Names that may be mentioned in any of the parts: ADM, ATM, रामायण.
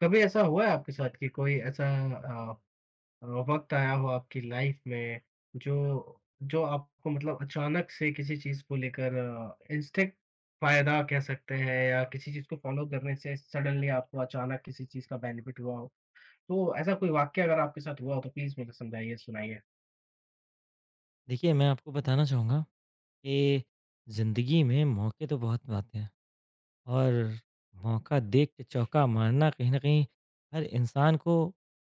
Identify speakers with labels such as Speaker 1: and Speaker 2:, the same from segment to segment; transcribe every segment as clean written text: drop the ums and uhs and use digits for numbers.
Speaker 1: कभी ऐसा हुआ है आपके साथ कि कोई ऐसा अ वक़्त आया हो आपकी लाइफ़ में जो जो आपको मतलब अचानक से किसी चीज़ को लेकर इंस्टेंट फ़ायदा कह सकते हैं या किसी चीज़ को फ़ॉलो करने से सडनली आपको अचानक किसी चीज़ का बेनिफिट हुआ हो? तो ऐसा कोई वाक़या अगर आपके साथ हुआ हो तो प्लीज़ मुझे समझाइए, सुनाइए?
Speaker 2: देखिए, मैं आपको बताना चाहूँगा कि ज़िंदगी में मौके तो बहुत आते हैं और मौका देख के चौका मारना कहीं न कहीं हर इंसान को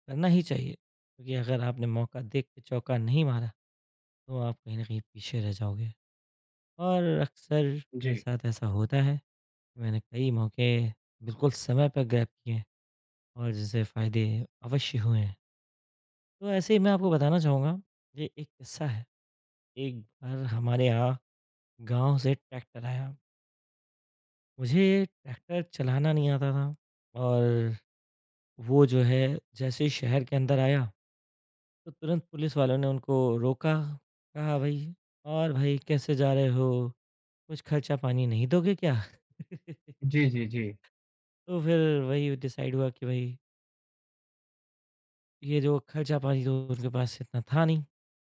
Speaker 2: करना ही चाहिए। क्योंकि अगर आपने मौका देख के चौका नहीं मारा, तो आप कहीं न कहीं पीछे रह जाओगे। और अक्सर मेरे
Speaker 1: जी।
Speaker 2: साथ ऐसा होता है, कि मैंने कई मौके बिल्कुल समय पर ग्रैब किए हैं और जिससे फ़ायदे अवश्य हुए हैं। तो ऐसे ही मैं आपको बताना चाहूँगा, ये एक किस्सा है। एक बार हमारे यहाँ गाँव से ट्रैक्टर आया। मुझे ट्रैक्टर चलाना नहीं आता था और वो जो है जैसे ही शहर के अंदर आया तो तुरंत पुलिस वालों ने उनको रोका, कहा भाई, और भाई कैसे जा रहे हो, कुछ खर्चा पानी नहीं दोगे क्या?
Speaker 1: जी, जी, जी।
Speaker 2: तो फिर वही डिसाइड हुआ कि भाई ये जो खर्चा पानी तो उनके पास इतना था नहीं।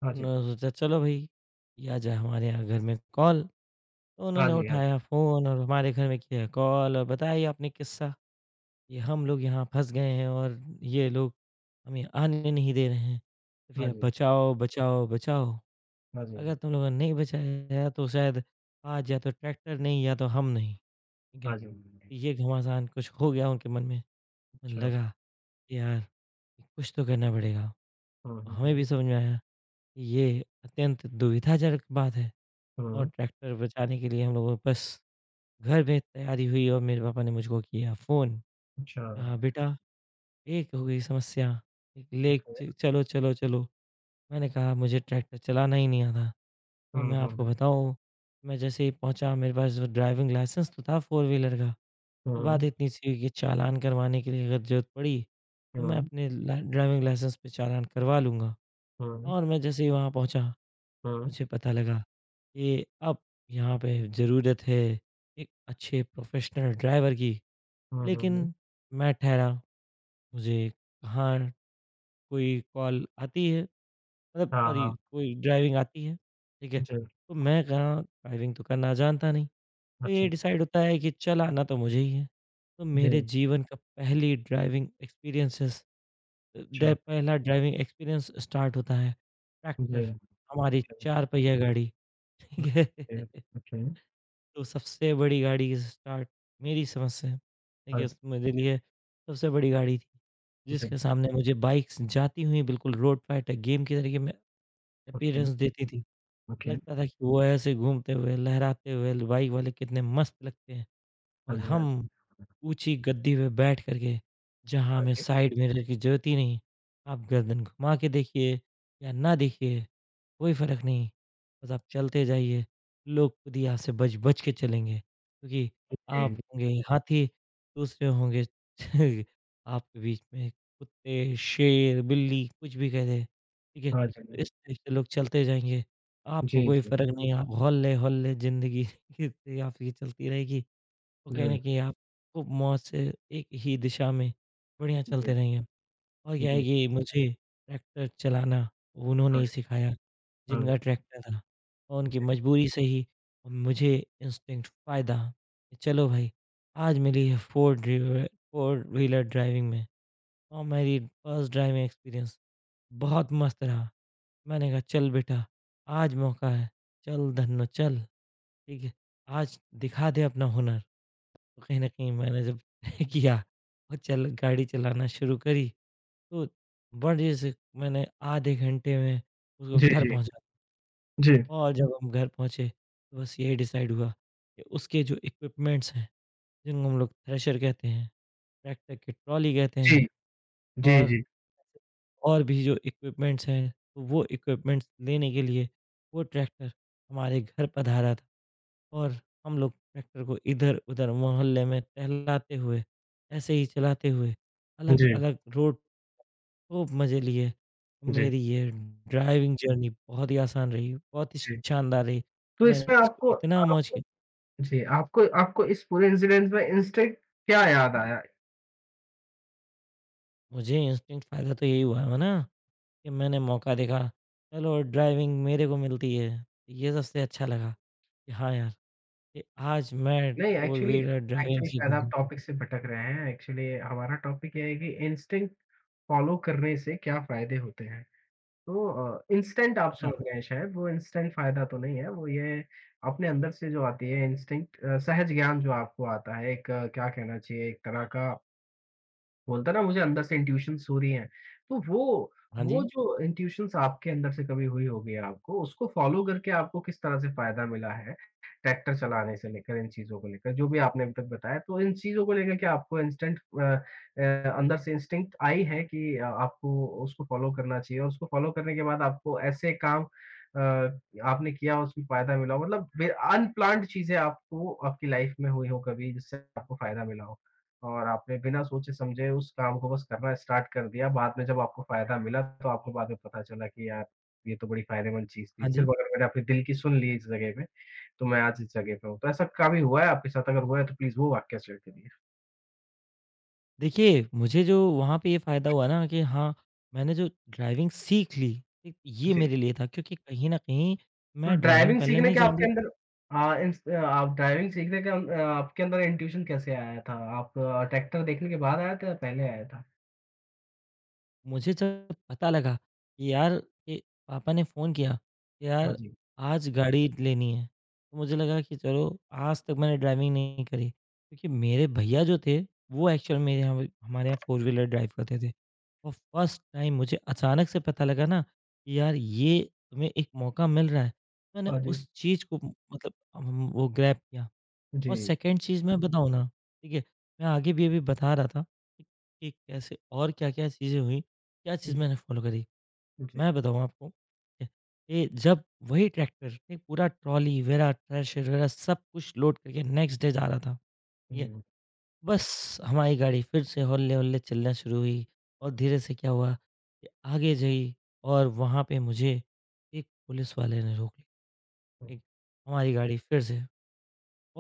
Speaker 1: हाँ जी।
Speaker 2: उन्होंने सोचा चलो भाई, या जाए हमारे यहाँ घर में कॉल, तो
Speaker 1: हाँ
Speaker 2: उन्होंने
Speaker 1: जी, हाँ जी।
Speaker 2: उठाया फ़ोन और हमारे घर में किया कॉल और बताया ये आपने किस्सा, ये हम लोग यहाँ फँस गए हैं और ये लोग हमें आने नहीं दे रहे हैं। तो
Speaker 1: हाँ
Speaker 2: भैया
Speaker 1: जी,
Speaker 2: बचाओ, बचाओ, बचाओ।
Speaker 1: हाँ जी,
Speaker 2: अगर तुम लोगों ने नहीं बचाया तो शायद आज या तो ट्रैक्टर नहीं या तो हम नहीं। ठीक है?
Speaker 1: हाँ जी।
Speaker 2: तो ये घमासान कुछ हो गया उनके मन में। मन
Speaker 1: अच्छा।
Speaker 2: लगा कि यार कुछ तो करना पड़ेगा।
Speaker 1: हुँ,
Speaker 2: तो
Speaker 1: हुँ,
Speaker 2: हमें भी
Speaker 1: हुँ।
Speaker 2: समझ में आया कि ये अत्यंत दुविधाजनक बात है और
Speaker 1: हुँ,
Speaker 2: ट्रैक्टर बचाने के लिए हम लोगों को बस घर में तैयारी हुई और मेरे पापा ने मुझको किया फ़ोन।
Speaker 1: अच्छा।
Speaker 2: कहा बेटा एक हो गई समस्या, एक लेक
Speaker 1: ओके।
Speaker 2: च चलो, चलो, चलो। मैंने कहा मुझे ट्रैक्टर चलाना ही नहीं आता और
Speaker 1: हुँ,
Speaker 2: मैं
Speaker 1: हुँ,
Speaker 2: आपको
Speaker 1: हुँ।
Speaker 2: बताऊँ, मैं जैसे ही पहुँचा मेरे पास वो ड्राइविंग लाइसेंस तो था फ़ोर व्हीलर का। तो बात
Speaker 1: हुँ,
Speaker 2: इतनी सी हुई कि चालान करवाने के लिए अगर ज़रूरत पड़ी, तो मैं
Speaker 1: हुँ।
Speaker 2: अपने ला ड्राइविंग लाइसेंस पे चालान करवा लूँगा।
Speaker 1: हुँ, हुँ।
Speaker 2: और मैं जैसे ही वहाँ पहुँचा,
Speaker 1: हुँ,
Speaker 2: मुझे पता लगा कि अब यहाँ पे ज़रूरत है एक अच्छे प्रोफ़ेशनल ड्राइवर की।
Speaker 1: हुँ,
Speaker 2: लेकिन
Speaker 1: हुँ।
Speaker 2: मैं ठहरा, मुझे कहाँ कोई कॉल आती है, मतलब
Speaker 1: हाँ,
Speaker 2: सॉरी,
Speaker 1: हाँ।
Speaker 2: कोई ड्राइविंग आती है, ठीक है?
Speaker 1: जी।
Speaker 2: तो मैं कहाँ ड्राइविंग तो करना जानता नहीं, तो
Speaker 1: अच्छा,
Speaker 2: ये
Speaker 1: अच्छा।
Speaker 2: डिसाइड होता है कि चलाना तो मुझे ही है। तो मेरे
Speaker 1: जी,
Speaker 2: जीवन का पहली ड्राइविंग एक्सपीरियंसेस अ,
Speaker 1: अच्छा।
Speaker 2: ड पहला ड्राइविंग एक्सपीरियंस स्टार्ट होता है ट्रैक्टर,
Speaker 1: जी,
Speaker 2: हमारी
Speaker 1: जी।
Speaker 2: 4 पहिया गाड़ी, ठीक है?
Speaker 1: Okay, okay.
Speaker 2: तो सबसे बड़ी गाड़ी की स्टार्ट, मेरी समझ से ठीक
Speaker 1: हाँ
Speaker 2: है,
Speaker 1: जी।
Speaker 2: मेरे लिए सबसे बड़ी गाड़ी थी,
Speaker 1: जी,
Speaker 2: जिसके सामने मुझे बाइक्स जाती हुई बिल्कुल रोड फाइटर गेम के तरीके में
Speaker 1: ओके,
Speaker 2: अपीयरेंस देती थी।
Speaker 1: ओके।
Speaker 2: लगता था कि वो ऐसे घूमते हुए, लहराते हुए बाइक वाले कितने मस्त लगते हैं
Speaker 1: हाँ
Speaker 2: और
Speaker 1: जी, हाँ जी।
Speaker 2: हम ऊँची गद्दी पे बैठ कर के, जहाँ
Speaker 1: हाँ
Speaker 2: हमें
Speaker 1: जी।
Speaker 2: साइड मिरर की ज़रूरत ही नहीं, आप गर्दन घुमा के देखिए या ना देखिए, कोई फ़र्क नहीं। बस आप चलते जाइए, लोग खुद ही आपसे बच-बच के चलेंगे, क्योंकि
Speaker 1: जी,
Speaker 2: आप
Speaker 1: जी।
Speaker 2: होंगे हाथी, दूसरे होंगे आपके बीच में कुत्ते, शेर, बिल्ली कुछ भी कह दे, ठीक है?
Speaker 1: हाँ
Speaker 2: तो
Speaker 1: जी।
Speaker 2: इस टाइप से लोग चलते जाएँगे, आपको
Speaker 1: जी,
Speaker 2: कोई
Speaker 1: जी।
Speaker 2: फ़र्क नहीं, आप हौले-हौले ज़िंदगी आपकी चलती रहेगी। तो कहीं
Speaker 1: जी,
Speaker 2: न कहीं आप खूब मौज से एक ही दिशा में बढ़िया
Speaker 1: जी,
Speaker 2: चलते रहेंगे। और क्या है
Speaker 1: जी।
Speaker 2: कि मुझे ट्रैक्टर चलाना उन्होंने
Speaker 1: हाँ
Speaker 2: ही
Speaker 1: जी,
Speaker 2: सिखाया,
Speaker 1: हाँ
Speaker 2: जिनका ट्रैक्टर था और उनकी
Speaker 1: जी।
Speaker 2: मजबूरी से ही मुझे इंस्टिंक्ट फ़ायदा। चलो भाई, आज मिली है फ़ोर व्हीलर ड्राइविंग में और मेरी फर्स्ट ड्राइविंग एक्सपीरियंस बहुत मस्त रहा। मैंने कहा चल बेटा, आज मौका है, चल धन्नो चल, ठीक है? आज दिखा दे अपना हुनर। तो कहीं न कहीं मैंने जब तय किया और चल गाड़ी चलाना शुरू करी, तो बढ़िया से मैंने आधे घंटे में उसको
Speaker 1: जी,
Speaker 2: घर
Speaker 1: जी,
Speaker 2: पहुँचा।
Speaker 1: जी।
Speaker 2: और जब हम घर पहुँचे, तो बस यही डिसाइड हुआ कि उसके जो इक्विपमेंट्स हैं, जिनको हम लोग थ्रेशर कहते हैं, ट्रैक्टर की ट्रॉली कहते
Speaker 1: जी,
Speaker 2: हैं,
Speaker 1: जी,
Speaker 2: और
Speaker 1: जी,
Speaker 2: और भी जो इक्विपमेंट्स हैं, तो वो इक्विपमेंट्स लेने के लिए वो ट्रैक्टर हमारे घर पधारा था। और हम लोग ट्रैक्टर को इधर-उधर मोहल्ले में टहलाते हुए, ऐसे ही चलाते हुए
Speaker 1: जी,
Speaker 2: अलग-अलग रोड खूब मज़े लिए।
Speaker 1: जी,
Speaker 2: मेरी ये ड्राइविंग जर्नी बहुत ही आसान रही, बहुत ही
Speaker 1: जी।
Speaker 2: शानदार रही।
Speaker 1: तो
Speaker 2: मैंने
Speaker 1: इसमें
Speaker 2: इसको
Speaker 1: आपको
Speaker 2: इतना मौज
Speaker 1: आपको
Speaker 2: किया,
Speaker 1: जी, आपको आपको इस पूरे इंसिडेंट में इंस्टेंट क्या याद आया?
Speaker 2: मुझे इंस्टिंक्ट फ़ायदा तो यही हुआ है ना कि मैंने मौका देखा, चलो ड्राइविंग मेरे को मिलती है। ये सबसे अच्छा लगा कि हाँ यार, कि आज मैं
Speaker 1: नहीं
Speaker 2: four
Speaker 1: actually
Speaker 2: wheeler driving
Speaker 1: actually शायद आप
Speaker 2: सीखूँगा।
Speaker 1: टॉपिक से भटक रहे हैं। एक्चुअली हमारा टॉपिक ये है कि इंस्टिंक्ट फ़ॉलो करने से क्या फ़ायदे होते हैं। तो इंस्टेंट आप
Speaker 2: अच्छा,
Speaker 1: समझ गए हैं शायद वो इंस्टेंट फ़ायदा तो नहीं है। वो ये अपने अंदर से जो आती है इंस्टिंक्ट सहज ज्ञान जो आपको आता है एक क्या कहना चाहिए एक तरह का बोलता ना मुझे अंदर से इंट्यूशंस हो रही हैं। तो वो
Speaker 2: हाँ
Speaker 1: वो
Speaker 2: जी,
Speaker 1: जो इंट्यूशंस आपके अंदर से कभी हुई होगी आपको, उसको फॉलो करके आपको किस तरह से फ़ायदा मिला है? ट्रैक्टर चलाने से लेकर इन चीज़ों को लेकर, जो भी आपने अभी तक बताया, तो इन चीज़ों को लेकर क्या आपको इंस्टेंट अ, अंदर से इंस्टिंक्ट आई है कि आपको उसको फॉलो करना चाहिए और उसको फॉलो करने के बाद आपको ऐसे काम अ, आपने किया उसमें फ़ायदा मिला हो? मतलब बे अनप्लान्ड चीज़ें आपको आपकी लाइफ़ में हुई हो कभी जिससे आपको फ़ायदा मिला हो? और आपने बिना सोचे समझे उस काम को बस करना स्टार्ट कर दिया, बाद में जब आपको फ़ायदा मिला तो आपको बाद में पता चला कि यार, ये तो बड़ी फ़ायदेमंद चीज़ थी।
Speaker 2: हाँ
Speaker 1: सिर्फ़
Speaker 2: जी।
Speaker 1: अगर मैंने अपने दिल की सुन ली इस जगह पे, तो मैं आज इस जगह पे हूँ। तो ऐसा कभी हुआ है आपके साथ? अगर हुआ है तो प्लीज़ वो वाक़या शेयर करिए।
Speaker 2: देखिए, मुझे जो वहाँ पे ये फ़ायदा हुआ ना कि हाँ, मैंने जो ड्राइविंग सीख ली, ठीक? ये
Speaker 1: जी,
Speaker 2: मेरे लिए था, क्योंकि कहीं न कहीं
Speaker 1: तो
Speaker 2: मैं ड्राइविंग
Speaker 1: ड्राइविंग
Speaker 2: पहले
Speaker 1: सीखने
Speaker 2: नहीं
Speaker 1: के
Speaker 2: जानता
Speaker 1: आपके
Speaker 2: था।
Speaker 1: अंदर आप ड्राइविंग सीखने के आपके अंदर इंट्यूशन कैसे आया था? आप ट्रैक्टर देखने के बाद आया था या पहले आया था?
Speaker 2: मुझे जब पता लगा कि यार, कि पापा ने फ़ोन किया कि
Speaker 1: हाँ
Speaker 2: यार
Speaker 1: जी,
Speaker 2: आज गाड़ी लेनी है, तो मुझे लगा कि चलो आज तक मैंने ड्राइविंग नहीं करी। क्योंकि मेरे भैया जो थे, वो एक्चुअल में यहाँ पे हमारे यहाँ फ़ोर व्हीलर ड्राइव करते थे। और फर्स्ट टाइम मुझे अचानक से पता लगा ना कि यार ये तुम्हें एक मौका मिल रहा है। मैंने
Speaker 1: हाँ जी,
Speaker 2: उस चीज़ को मतलब वो ग्रैब किया और
Speaker 1: जी,
Speaker 2: सेकंड चीज़ मैं बताऊँ ना, ठीक है, मैं आगे भी अभी बता रहा था कि कि कैसे और क्या-क्या चीज़ें हुई, क्या चीज़ मैंने फॉलो करी।
Speaker 1: जी,
Speaker 2: मैं बताऊँ आपको, ठीक है, ये जब वही ट्रैक्टर, एक पूरा ट्रॉली वगैरह, थ्रेशर वगैरह सब कुछ लोड करके नेक्स्ट डे जा रहा था, ठीक है।
Speaker 1: हुँ, हुँ,
Speaker 2: बस हमारी गाड़ी फिर से हौले-हौले चलना शुरू हुई और धीरे से क्या हुआ कि आगे गई और वहाँ पे मुझे एक पुलिस वाले ने रोक लिया,
Speaker 1: हुँ,
Speaker 2: एक हमारी गाड़ी फिर से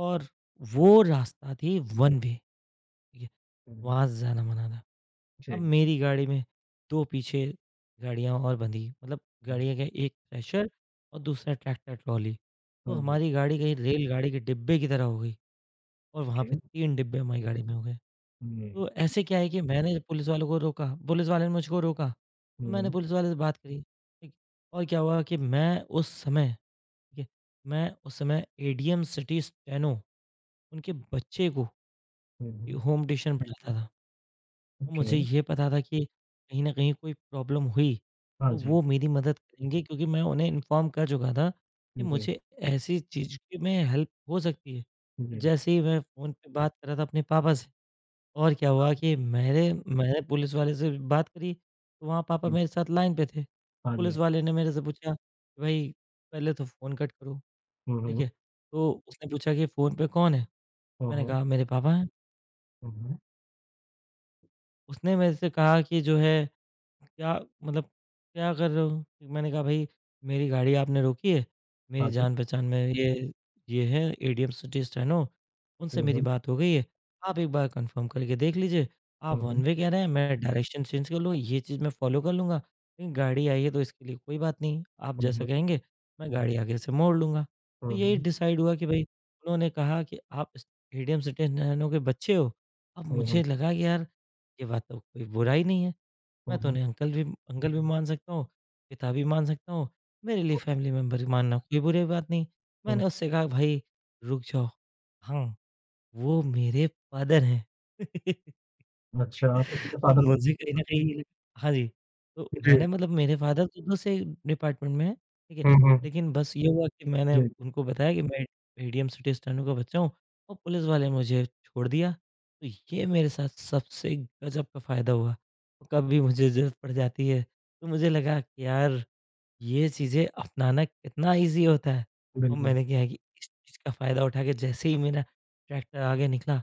Speaker 2: और वो रास्ता थी वन वे, ठीक है?
Speaker 1: हुँ,
Speaker 2: वहाँ से जाना मना था। अब
Speaker 1: जी,
Speaker 2: मेरी गाड़ी में 2 पीछे गाड़ियाँ और बंधी, मतलब
Speaker 1: हुँ,
Speaker 2: गाड़ियाँ क्या, एक थ्रेशर और दूसरा ट्रैक्टर ट्रॉली। तो
Speaker 1: हाँ जी,
Speaker 2: हमारी गाड़ी कहीं रेलगाड़ी के डिब्बे की तरह हो गई और वहाँ
Speaker 1: ओके।
Speaker 2: पे 3 डिब्बे हमारी गाड़ी में हो गए।
Speaker 1: जी।
Speaker 2: तो ऐसे क्या है कि मैंने पुलिस वालों को रोका, पुलिस वाले ने मुझको रोका, तो
Speaker 1: हुँ,
Speaker 2: मैंने
Speaker 1: हुँ।
Speaker 2: पुलिस वाले से बात करी, ठीक। और क्या हुआ कि मैं उस समय, ठीक है, मैं उस समय एडीएम सिटी स्टेनो, उनके बच्चे को
Speaker 1: हुँ,
Speaker 2: ये
Speaker 1: हुँ।
Speaker 2: होम ट्यूशन पढ़ाता था और
Speaker 1: ओके।
Speaker 2: मुझे ये पता था कि कहीं न कहीं कोई प्रॉब्लम हुई,
Speaker 1: हाँ
Speaker 2: तो
Speaker 1: जी।
Speaker 2: वो मेरी मदद करेंगे, क्योंकि मैं उन्हें इन्फॉर्म कर चुका था कि
Speaker 1: जी, जी,
Speaker 2: मुझे ऐसी चीज़ की में हेल्प हो सकती है। तो जैसे ही मैं फ़ोन पे बात कर रहा था अपने पापा से और क्या हुआ कि मेरे मैंने पुलिस वाले से बात करी, तो वहाँ पापा
Speaker 1: जी।
Speaker 2: मेरे साथ लाइन पे थे।
Speaker 1: हाँ जी।
Speaker 2: पुलिस वाले ने मेरे से पूछा कि भई पहले तो फ़ोन कट करो,
Speaker 1: हुँ,
Speaker 2: ठीक
Speaker 1: हुँ।
Speaker 2: है? तो उसने पूछा कि फ़ोन पे कौन है?
Speaker 1: हुँ,
Speaker 2: मैंने
Speaker 1: हुँ।
Speaker 2: कहा मेरे पापा हैं।
Speaker 1: हुँ, हुँ।
Speaker 2: उसने मेरे से कहा कि जो है क्या, मतलब क्या कर रहे हो? मैंने कहा भाई मेरी गाड़ी आपने रोकी है, मेरी
Speaker 1: हाँ जी।
Speaker 2: जान पहचान में ये है एडीएम सिटी स्टेनो, उनसे
Speaker 1: हुँ,
Speaker 2: मेरी
Speaker 1: हुँ।
Speaker 2: बात हो गई है, आप एक बार कंफर्म करके देख लीजिए, आप
Speaker 1: हुँ, हुँ।
Speaker 2: वन वे कह रहे हैं मैं डायरेक्शन चेंज कर लूँ, ये चीज़ मैं फॉलो कर लूँगा, लेकिन गाड़ी आई है तो इसके लिए कोई बात नहीं, आप
Speaker 1: हुँ,
Speaker 2: जैसा
Speaker 1: हुँ।
Speaker 2: कहेंगे मैं गाड़ी आगे से मोड़ लूँगा। तो
Speaker 1: हुँ,
Speaker 2: यही
Speaker 1: हुँ।
Speaker 2: डिसाइड हुआ कि भाई उन्होंने कहा कि आप इस एडीएम सिटी स्टेनो के बच्चे हो, अब
Speaker 1: हुँ, हुँ।
Speaker 2: मुझे लगा कि यार ये बात तो कोई बुरा ही नहीं है।
Speaker 1: हुँ,
Speaker 2: मैं तो
Speaker 1: हुँ।
Speaker 2: उन्हें अंकल भी मान सकता हूँ, पिता भी मान सकता हूँ, मेरे लिए
Speaker 1: हुँ,
Speaker 2: फैमिली मेंबर मानना कोई बुरी बात नहीं।
Speaker 1: हुँ।
Speaker 2: मैंने उससे कहा भाई रुक जाओ, हाँ, वो मेरे फादर हैं।
Speaker 1: अच्छा, आप इसी का
Speaker 2: तो
Speaker 1: साधन
Speaker 2: मुझे कहीं न कहीं, हाँ जी, तो
Speaker 1: जी।
Speaker 2: मैंने मतलब मेरे फादर तो दूसरे डिपार्टमेंट में हैं, ठीक है?
Speaker 1: हुँ, हुँ।
Speaker 2: लेकिन बस ये हुआ कि मैंने
Speaker 1: जी,
Speaker 2: उनको बताया कि मैं मीडियम सिटी स्टैंडर्ड का बच्चा हूँ और पुलिस वाले मुझे छोड़ दिया। तो ये मेरे साथ सबसे गज़ब का फ़ायदा हुआ। तो कभी मुझे ज़रूरत पड़ जाती है, तो मुझे लगा कि यार ये चीज़ें अपनाना कितना ईज़ी होता है। और
Speaker 1: बिल्कुल।
Speaker 2: मैंने क्या है कि इस चीज़ का फ़ायदा उठा के जैसे ही मेरा ट्रैक्टर आगे निकला,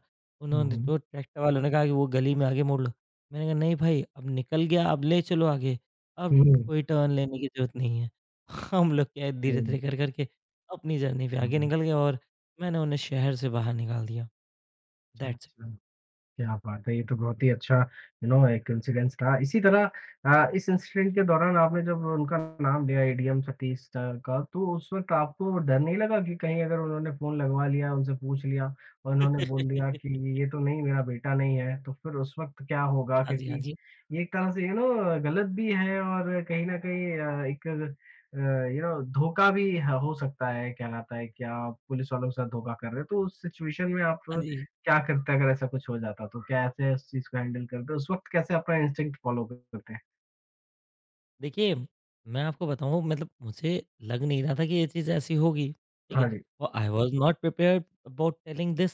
Speaker 1: हुँ,
Speaker 2: उन्होंने,
Speaker 1: हुँ।
Speaker 2: तो ट्रैक्टर वालों ने कहा कि वो गली में आगे मोड़ लो। मैंने कहा नहीं भाई अब निकल गया अब ले चलो आगे, अब
Speaker 1: हुँ।
Speaker 2: कोई टर्न लेने की ज़रूरत नहीं है। हम लोग क्या है
Speaker 1: जी।
Speaker 2: धीरे-धीरे कर कर के अपनी जर्नी पे आगे
Speaker 1: हुँ,
Speaker 2: निकल गए और मैंने उन्हें शहर से बाहर निकाल दिया।
Speaker 1: अच्छा,
Speaker 2: दैट्स
Speaker 1: अच्छा। क्या बात है! ये तो बहुत ही अच्छा एक कोइंसिडेंस था। इसी तरह इस इंसिडेंट के दौरान आपने जब उनका नाम लिया एडीएम सतीश सर का, तो उस वक़्त आपको डर नहीं लगा कि कहीं अगर उन्होंने फ़ोन लगवा लिया, उनसे पूछ लिया और उन्होंने बोल दिया कि
Speaker 2: इट।
Speaker 1: ये तो नहीं मेरा बेटा नहीं है, तो फिर उस वक़्त क्या होगा?
Speaker 2: हाँ जी, हाँ
Speaker 1: क्योंकि
Speaker 2: जी।
Speaker 1: ये एक तरह से गलत भी है और कहीं न कहीं एक धोखा भी ह हो सकता है, क्या कहता है कि आप पुलिस वालों के साथ धोखा कर रहे हो। तो उस सिचुएशन में आप
Speaker 2: हाँ जी।
Speaker 1: क्या करते हैं अगर ऐसा कुछ हो जाता तो? कैसे उस चीज़ को हैंडल करते? उस वक़्त कैसे अपना इंस्टिंक्ट फॉलो करते हैं?
Speaker 2: देखिए, मैं आपको बताऊँ मतलब मुझे लग नहीं रहा था कि ये चीज़ ऐसी होगी, ठीक
Speaker 1: हाँ
Speaker 2: है?
Speaker 1: जी।
Speaker 2: और I was not prepared about telling this.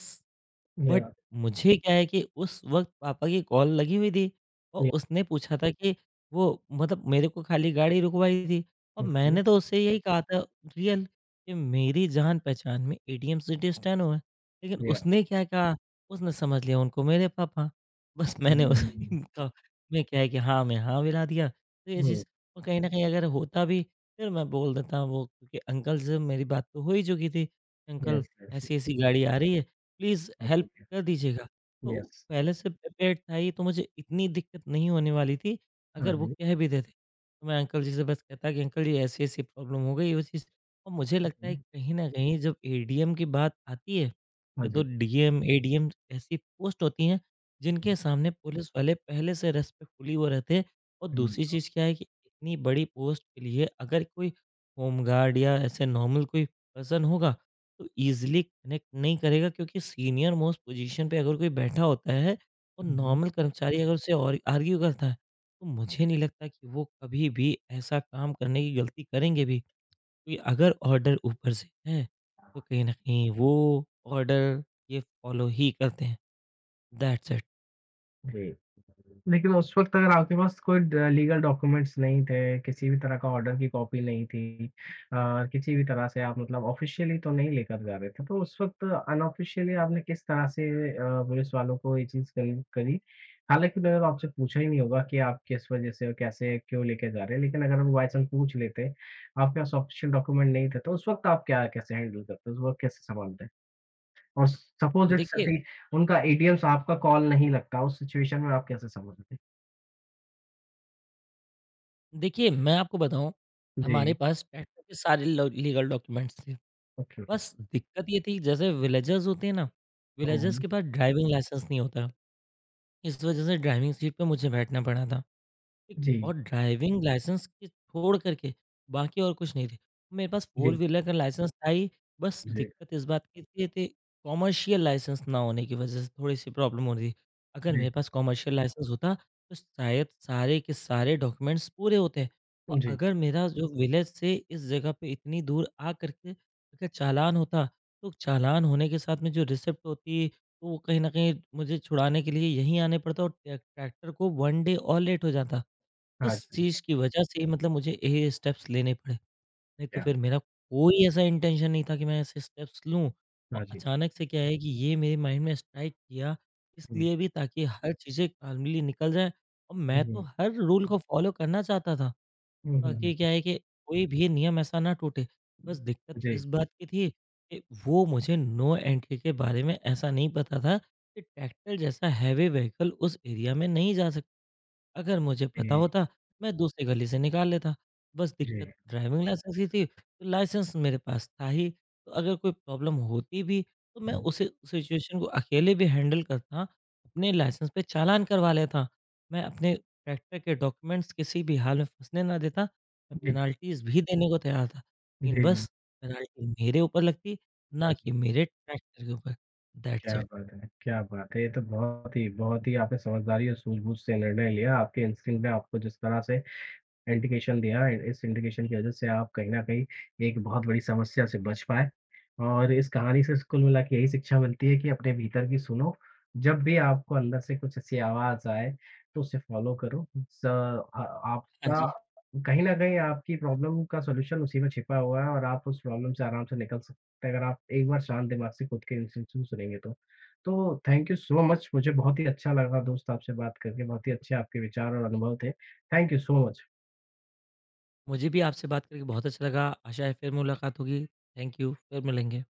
Speaker 1: या
Speaker 2: बट मुझे क्या है कि उस वक़्त पापा की कॉल लगी हुई थी और
Speaker 1: या
Speaker 2: उसने पूछा था कि वो मेरे को खाली गाड़ी रुकवाई थी और
Speaker 1: ओके
Speaker 2: मैंने तो उससे यही कहा था रियल कि मेरी जान-पहचान में एटीएम सिटी स्टैनो है। लेकिन
Speaker 1: या
Speaker 2: उसने क्या कहा, उसने समझ लिया उनको मेरे पापा। बस मैंने उस
Speaker 1: हुँ,
Speaker 2: इनका मैं क्या है कि हाँ में हाँ मिला दिया। तो ये
Speaker 1: हुँ,
Speaker 2: चीज़ और कहीं न कहीं अगर होता भी फिर मैं बोल देता वो क्योंकि अंकल से मेरी बात तो हो ही चुकी थी। अंकल
Speaker 1: यस, यस,
Speaker 2: ऐसी-ऐसी गाड़ी आ रही है, प्लीज़ हेल्प
Speaker 1: ओके,
Speaker 2: कर दीजिएगा। तो
Speaker 1: यस।
Speaker 2: पहले से प्रिपेयर्ड था ये तो मुझे इतनी दिक्कत नहीं होने वाली थी,
Speaker 1: हाँ
Speaker 2: अगर वो
Speaker 1: जी,
Speaker 2: कह भी देते। तो मैं अंकल जी से बस कहता कि अंकल जी ऐसी-ऐसी प्रॉब्लम हो गई वो चीज़। और मुझे लगता है
Speaker 1: हुँ,
Speaker 2: कहीं न कहीं जब एडीएम की बात आती है,
Speaker 1: हाँ
Speaker 2: ये तो
Speaker 1: जी।
Speaker 2: डीएम, एडीएम ऐसी पोस्ट होती हैं
Speaker 1: हुँ,
Speaker 2: जिनके सामने पुलिस वाले पहले से रिस्पेक्टफुली वो रहते हैं। और
Speaker 1: हुँ,
Speaker 2: दूसरी चीज़ क्या है कि इतनी बड़ी पोस्ट के लिए अगर कोई होमगार्ड या ऐसे नॉर्मल कोई पर्सन होगा तो ईज़िली कनेक्ट नहीं करेगा, क्योंकि सीनियर मोस्ट पोजीशन पे अगर कोई बैठा होता है और
Speaker 1: हुँ।
Speaker 2: नॉर्मल कर्मचारी अगर उससे और आर्ग्यू करता है, तो मुझे नहीं लगता कि वो कभी भी ऐसा काम करने की गलती करेंगे भी। क्योंकि अगर ऑर्डर ऊपर से है तो कहीं ना कहीं वो ऑर्डर ये फॉलो ही करते हैं। That's it.
Speaker 1: जी। लेकिन उस वक़्त अगर आपके पास कोई ड लीगल डॉक्यूमेंट्स नहीं थे, किसी भी तरह का ऑर्डर की कॉपी नहीं थी किसी भी तरह से आप मतलब ऑफ़िशियली तो नहीं लेकर जा रहे थे, तो उस वक़्त अनऑफ़िशियली आपने किस तरह से पुलिस वालों को ये चीज़ करी करी? हालाँकि उन्होंने तो आपसे पूछा ही नहीं होगा कि आप किस वज़ह से और कैसे, क्यों लेके जा रहे हैं, लेकिन अगर वो बाय चांस पूछ लेते, आपके पास ऑफ़िशियल डॉक्यूमेंट नहीं थे, तो उस वक़्त आप क्या कैसे हैंडल करते? उस वक़्त कैसे सँभालते? और सपोज़ इट्स
Speaker 2: देखिए
Speaker 1: सटी उनका एटीएम्स आपका कॉल नहीं लगता, उस सिचुएशन में आप कैसे संभलोगे?
Speaker 2: देखिए मैं आपको बताऊं हमारे
Speaker 1: जी,
Speaker 2: पास ट्रैक्टर के सारे लीगल डॉक्यूमेंट्स थे।
Speaker 1: Okay, okay.
Speaker 2: बस दिक्कत ये थी जैसे विलेजर्स होते हैं ना, विलेजर्स
Speaker 1: हुँ,
Speaker 2: के पास ड्राइविंग लाइसेंस नहीं होता। इस वजह से ड्राइविंग सीट पे मुझे बैठना पड़ा था। ठीक,
Speaker 1: जी,
Speaker 2: और ड्राइविंग लाइसेंस के छोड़ कर के बाकी और कुछ नहीं थी। मेरे पास फ़ोर
Speaker 1: जी,
Speaker 2: व्हीलर का लाइसेंस था ही, बस
Speaker 1: जी,
Speaker 2: दिक्कत इस बात की थी कॉमर्शियल लाइसेंस ना होने की वजह से थोड़ी-सी प्रॉब्लम हो रही थी। अगर
Speaker 1: जी,
Speaker 2: मेरे पास कॉमर्शियल लाइसेंस होता, तो शायद सारे के सारे डॉक्यूमेंट्स पूरे होते। और
Speaker 1: जी।
Speaker 2: अगर मेरा जो विलेज से इस जगह पे इतनी दूर आ कर के अगर चालान होता, तो चालान होने के साथ में जो रिसिप्ट होती, तो वो कहीं न कहीं मुझे छुड़ाने के लिए यहीं आने पड़ता और ट ट्रैक्टर को 1 डे और लेट हो जाता।
Speaker 1: हाँ
Speaker 2: इस
Speaker 1: जी,
Speaker 2: चीज़ की वजह से मुझे ये स्टेप्स लेने पड़े। नहीं तो
Speaker 1: क्या
Speaker 2: फिर मेरा कोई ऐसा इंटेंशन नहीं था कि मैं ऐसे स्टेप्स लूँ और
Speaker 1: हाँ जी।
Speaker 2: अचानक से क्या है कि ये मेरे माइंड में स्ट्राइक किया,
Speaker 1: हुँ,
Speaker 2: इसलिए भी ताकि हर चीज़ें काल्मली निकल जाए और मैं तो
Speaker 1: हुँ,
Speaker 2: हर रूल को फॉलो करना चाहता था,
Speaker 1: हुँ, हुँ,
Speaker 2: ताकि
Speaker 1: हुँ,
Speaker 2: क्या है कि कोई भी नियम ऐसा ना टूटे।
Speaker 1: हुँ।
Speaker 2: बस दिक्कत
Speaker 1: जी,
Speaker 2: इस बात की थी कि वो मुझे नो एंट्री के बारे में ऐसा नहीं पता था कि ट्रैक्टर जैसा हैवी व्हीकल उस एरिया में नहीं जा सकता। अगर मुझे पता
Speaker 1: जी,
Speaker 2: होता, मैं दूसरी गली से निकाल लेता। बस
Speaker 1: जी,
Speaker 2: दिक्कत ड्राइविंग लाइसेंस की थी, तो लाइसेंस मेरे पास था ही, तो अगर कोई प्रॉब्लम होती भी, तो मैं उसे सिचुएशन को अकेले भी हैंडल करता, अपने लाइसेंस पे चालान करवा लेता। मैं अपने ट्रैक्टर के डॉक्यूमेंट्स किसी भी हाल में फँसने ना देता, मैं
Speaker 1: जी,
Speaker 2: पेनल्टीज़ भी देने को तैयार था। लेकिन
Speaker 1: जी,
Speaker 2: बस पेनल्टी मेरे ऊपर लगती,
Speaker 1: हाँ
Speaker 2: ना
Speaker 1: जी।
Speaker 2: कि मेरे ट्रैक्टर के ऊपर। दैट्स
Speaker 1: क्या
Speaker 2: इट।
Speaker 1: बात है, क्या बात है! ये तो बहुत ही आपने समझदारी और सूझबूझ से निर्णय लिया, आपके इंस्टिंक्ट ने आपको जिस तरह से इंडिकेशन दिया, इस इंडिकेशन की वज़ह से आप कहीं न कहीं एक बहुत बड़ी समस्या से बच पाए। और इस कहानी से स कुल मिला के यही शिक्षा मिलती है कि अपने भीतर की सुनो, जब भी आपको अंदर से कुछ ऐसी आवाज़ आए, तो उसे फ़ॉलो करो। स अ,
Speaker 2: हाँ
Speaker 1: आपका
Speaker 2: जी।
Speaker 1: कहीं न कहीं आपकी प्रॉब्लम का सॉल्यूशन उसी में छिपा हुआ है और आप उस प्रॉब्लम से आराम से निकल सकते हैं, अगर आप एक बार शांत दिमाग से खुद के इंस्ट्रक्शन सुनेंगे तो। तो थैंक यू सो मच मुझे बहुत ही अच्छा लगा दोस्त आपसे बात करके, बहुत ही अच्छे आपके विचार और अनुभव थे। Thank you so much.
Speaker 2: मुझे भी आपसे बात करके बहुत अच्छा लगा। आशा है फिर मुलाकात होगी। Thank you. फिर मिलेंगे।